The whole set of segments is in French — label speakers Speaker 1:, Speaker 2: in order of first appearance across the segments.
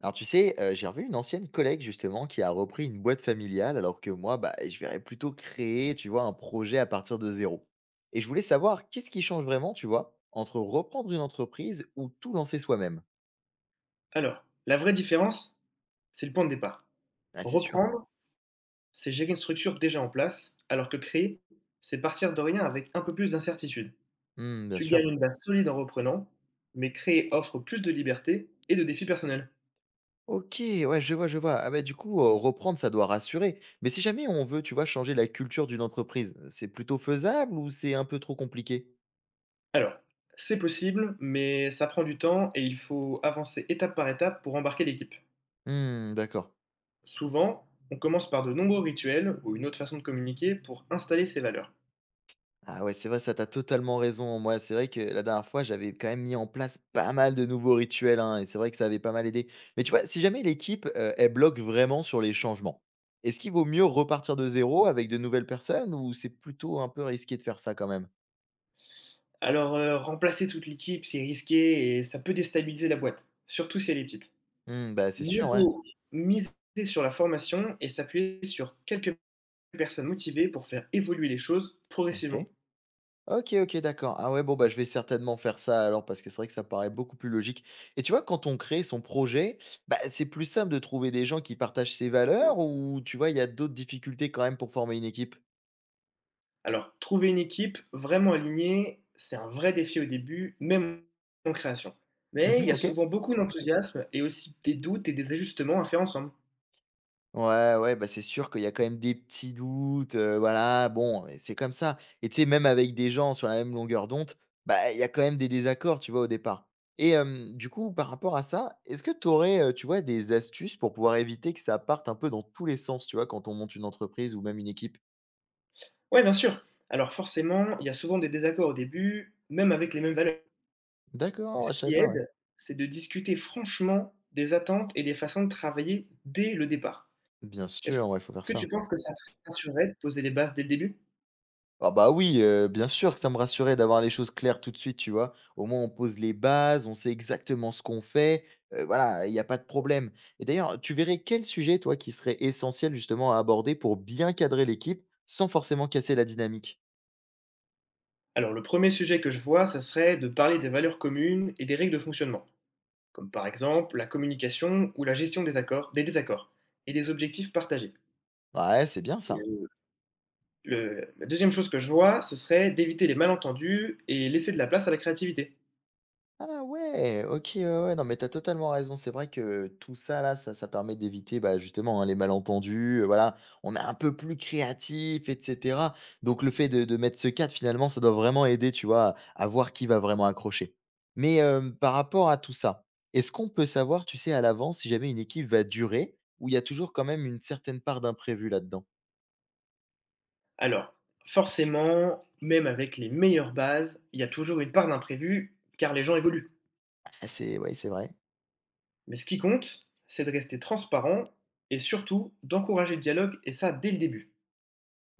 Speaker 1: Alors tu sais, j'ai revu une ancienne collègue justement qui a repris une boîte familiale alors que moi, bah, je verrais plutôt créer, tu vois, un projet à partir de zéro. Et je voulais savoir qu'est-ce qui change vraiment, tu vois, entre reprendre une entreprise ou tout lancer soi-même?
Speaker 2: Alors, la vraie différence, c'est le point de départ.
Speaker 1: Ah c'est sûr.
Speaker 2: Reprendre, c'est gérer une structure déjà en place, alors que créer, c'est partir de rien avec un peu plus d'incertitude.
Speaker 1: Mmh, bien
Speaker 2: Tu
Speaker 1: sûr.
Speaker 2: gagnes une base solide en reprenant, mais créer offre plus de liberté et de défis personnels.
Speaker 1: OK, ouais, je vois, je vois. Ah bah, du coup, reprendre ça doit rassurer. Mais si jamais on veut, tu vois, changer la culture d'une entreprise, c'est plutôt faisable ou c'est un peu trop compliqué?
Speaker 2: Alors, c'est possible, mais ça prend du temps et il faut avancer étape par étape pour embarquer l'équipe.
Speaker 1: Mmh, d'accord.
Speaker 2: Souvent, on commence par de nombreux rituels ou une autre façon de communiquer pour installer ses valeurs.
Speaker 1: Ah ouais, c'est vrai, ça, tu totalement raison. Moi, c'est vrai que la dernière fois, j'avais quand même mis en place pas mal de nouveaux rituels, hein, et c'est vrai que ça avait pas mal aidé. Mais tu vois, si jamais l'équipe, elle bloque vraiment sur les changements, est-ce qu'il vaut mieux repartir de zéro avec de nouvelles personnes ou c'est plutôt un peu risqué de faire ça quand même?
Speaker 2: Alors, remplacer toute l'équipe, c'est risqué et ça peut déstabiliser la boîte, surtout si elle est petite.
Speaker 1: Hmm, bah, c'est
Speaker 2: Mieux
Speaker 1: sûr, ouais.
Speaker 2: vaut miser sur la formation et s'appuyer sur quelques personnes motivées pour faire évoluer les choses
Speaker 1: Ok.
Speaker 2: progressivement.
Speaker 1: Ok, ok, d'accord. Ah ouais, bon, bah, je vais certainement faire ça alors parce que c'est vrai que ça paraît beaucoup plus logique. Et tu vois, quand on crée son projet, bah, c'est plus simple de trouver des gens qui partagent ses valeurs ou tu vois, il y a d'autres difficultés quand même pour former une équipe?
Speaker 2: Alors, trouver une équipe vraiment alignée, c'est un vrai défi au début, même en création. Mais
Speaker 1: Mmh
Speaker 2: il
Speaker 1: mh,
Speaker 2: y a
Speaker 1: OK.
Speaker 2: souvent beaucoup d'enthousiasme et aussi des doutes et des ajustements à faire ensemble.
Speaker 1: Ouais, ouais, bah, c'est sûr qu'il y a quand même des petits doutes, voilà, bon, et c'est comme ça. Et tu sais, même avec des gens sur la même longueur d'onde, bah, il y a quand même des désaccords, tu vois, au départ. Et du coup, par rapport à ça, est-ce que tu aurais, tu vois, des astuces pour pouvoir éviter que ça parte un peu dans tous les sens, tu vois, quand on monte une entreprise ou même une équipe?
Speaker 2: Ouais, bien sûr. Alors forcément, il y a souvent des désaccords au début, même avec les mêmes valeurs.
Speaker 1: D'accord,
Speaker 2: Ce
Speaker 1: ouais, je savais
Speaker 2: qui
Speaker 1: pas, ouais.
Speaker 2: aide, c'est de discuter franchement des attentes et des façons de travailler dès le départ.
Speaker 1: Bien
Speaker 2: Est-ce
Speaker 1: sûr, ouais, faut faire
Speaker 2: que tu
Speaker 1: ça.
Speaker 2: penses que ça te rassurerait de poser les bases dès le début?
Speaker 1: Ah bah oui, bien sûr que ça me rassurait d'avoir les choses claires tout de suite, tu vois? Au moins on pose les bases, on sait exactement ce qu'on fait, voilà, il n'y a pas de problème. Et d'ailleurs, tu verrais quel sujet, toi, qui serait essentiel justement à aborder pour bien cadrer l'équipe, sans forcément casser la dynamique?
Speaker 2: Alors, le premier sujet que je vois, ça serait de parler des valeurs communes et des règles de fonctionnement, comme par exemple la communication ou la gestion des accords, des désaccords et des objectifs partagés.
Speaker 1: Ouais, c'est bien
Speaker 2: Et,
Speaker 1: ça.
Speaker 2: la deuxième chose que je vois, ce serait d'éviter les malentendus et laisser de la place à la créativité.
Speaker 1: Ah ouais, OK, ouais, ouais, non, mais t'as totalement raison. C'est vrai que tout ça là, ça permet d'éviter, bah, justement, hein, les malentendus, voilà. On est un peu plus créatif et cetera. Donc le fait de mettre ce cadre, finalement, ça doit vraiment aider, tu vois, à voir qui va vraiment accrocher. Mais, par rapport à tout ça, est-ce qu'on peut savoir, tu sais, à l'avance si jamais une équipe va durer ou il y a toujours quand même une certaine part d'imprévu là-dedans?
Speaker 2: Alors, forcément, même avec les meilleures bases, il y a toujours une part d'imprévu, car les gens évoluent.
Speaker 1: Ah c'est ouais, c'est vrai.
Speaker 2: Mais ce qui compte, c'est de rester transparent et surtout d'encourager le dialogue, et ça dès le début.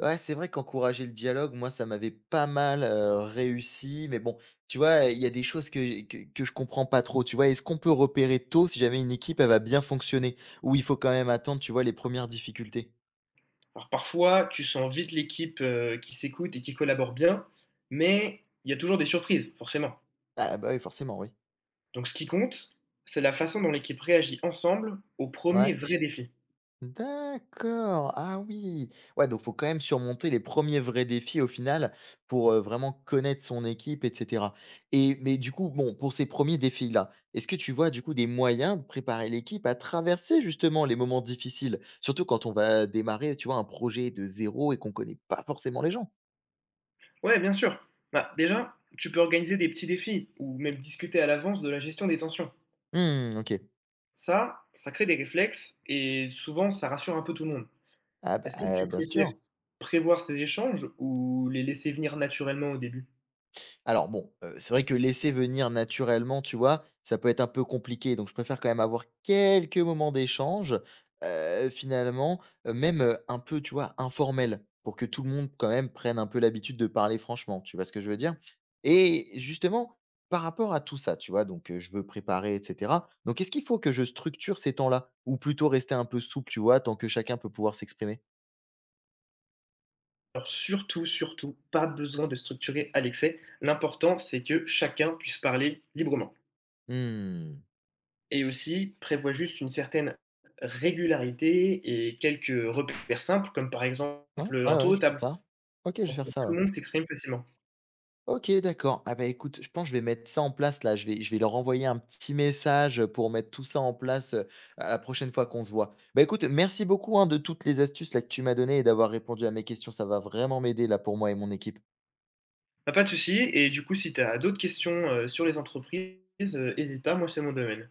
Speaker 1: Ouais, c'est vrai qu'encourager le dialogue, moi, ça m'avait pas mal, réussi, mais bon, tu vois, il y a des choses que je comprends pas trop, tu vois? Est-ce qu'on peut repérer tôt si jamais une équipe, elle va bien fonctionner? Ou il faut quand même attendre, tu vois, les premières difficultés?
Speaker 2: Alors parfois, tu sens vite l'équipe qui s'écoute et qui collabore bien, mais il y a toujours des surprises, forcément.
Speaker 1: Ah bah, oui, forcément, oui.
Speaker 2: Donc ce qui compte, c'est la façon dont l'équipe réagit ensemble au premier
Speaker 1: Ouais.
Speaker 2: vrai défi.
Speaker 1: D'accord. Ah oui. Ouais, donc faut quand même surmonter les premiers vrais défis au final pour, vraiment connaître son équipe et cetera et mais du coup, bon, pour ces premiers défis-là, est-ce que tu vois du coup des moyens de préparer l'équipe à traverser justement les moments difficiles? Surtout quand on va démarrer, tu vois, un projet de zéro et qu'on connaît pas forcément les gens?
Speaker 2: Ouais, bien sûr. Bah, déjà, tu peux organiser des petits défis ou même discuter à l'avance de la gestion des tensions.
Speaker 1: Mmh, OK.
Speaker 2: Ça crée des réflexes et souvent ça rassure un peu tout le monde.
Speaker 1: Ah bah,
Speaker 2: Est-ce que tu
Speaker 1: bien
Speaker 2: préfères
Speaker 1: sûr.
Speaker 2: prévoir ces échanges ou les laisser venir naturellement au début?
Speaker 1: Alors bon, c'est vrai que laisser venir naturellement, tu vois, ça peut être un peu compliqué, donc je préfère quand même avoir quelques moments d'échange, finalement, même, un peu, tu vois, informel, pour que tout le monde quand même prenne un peu l'habitude de parler franchement, tu vois ce que je veux dire? Et justement, par rapport à tout ça, tu vois, donc, je veux préparer et cetera, donc est-ce qu'il faut que je structure ces temps-là? Ou plutôt rester un peu souple, tu vois, tant que chacun peut pouvoir s'exprimer?
Speaker 2: Alors surtout, surtout, pas besoin de structurer à l'excès. L'important, c'est que chacun puisse parler librement.
Speaker 1: Mmh.
Speaker 2: Et aussi, prévois juste une certaine régularité et quelques repères simples, comme par exemple
Speaker 1: Ouais,
Speaker 2: un
Speaker 1: ouais,
Speaker 2: tour
Speaker 1: ouais,
Speaker 2: de
Speaker 1: je vais faire
Speaker 2: table,
Speaker 1: ça. OK, je vais
Speaker 2: pour
Speaker 1: faire
Speaker 2: que
Speaker 1: ça,
Speaker 2: tout
Speaker 1: ouais.
Speaker 2: le monde s'exprime facilement.
Speaker 1: OK, d'accord. Ah bah, écoute, je pense que je vais mettre ça en place là. Je vais leur envoyer un petit message, pour mettre tout ça en place, à la prochaine fois qu'on se voit. Bah, écoute, merci beaucoup, hein, de toutes les astuces là que tu m'as données et d'avoir répondu à mes questions. Ça va vraiment m'aider là pour moi et mon équipe.
Speaker 2: Bah, pas de souci, et du coup, si tu as d'autres questions sur les entreprises, n'hésite pas, moi c'est mon domaine.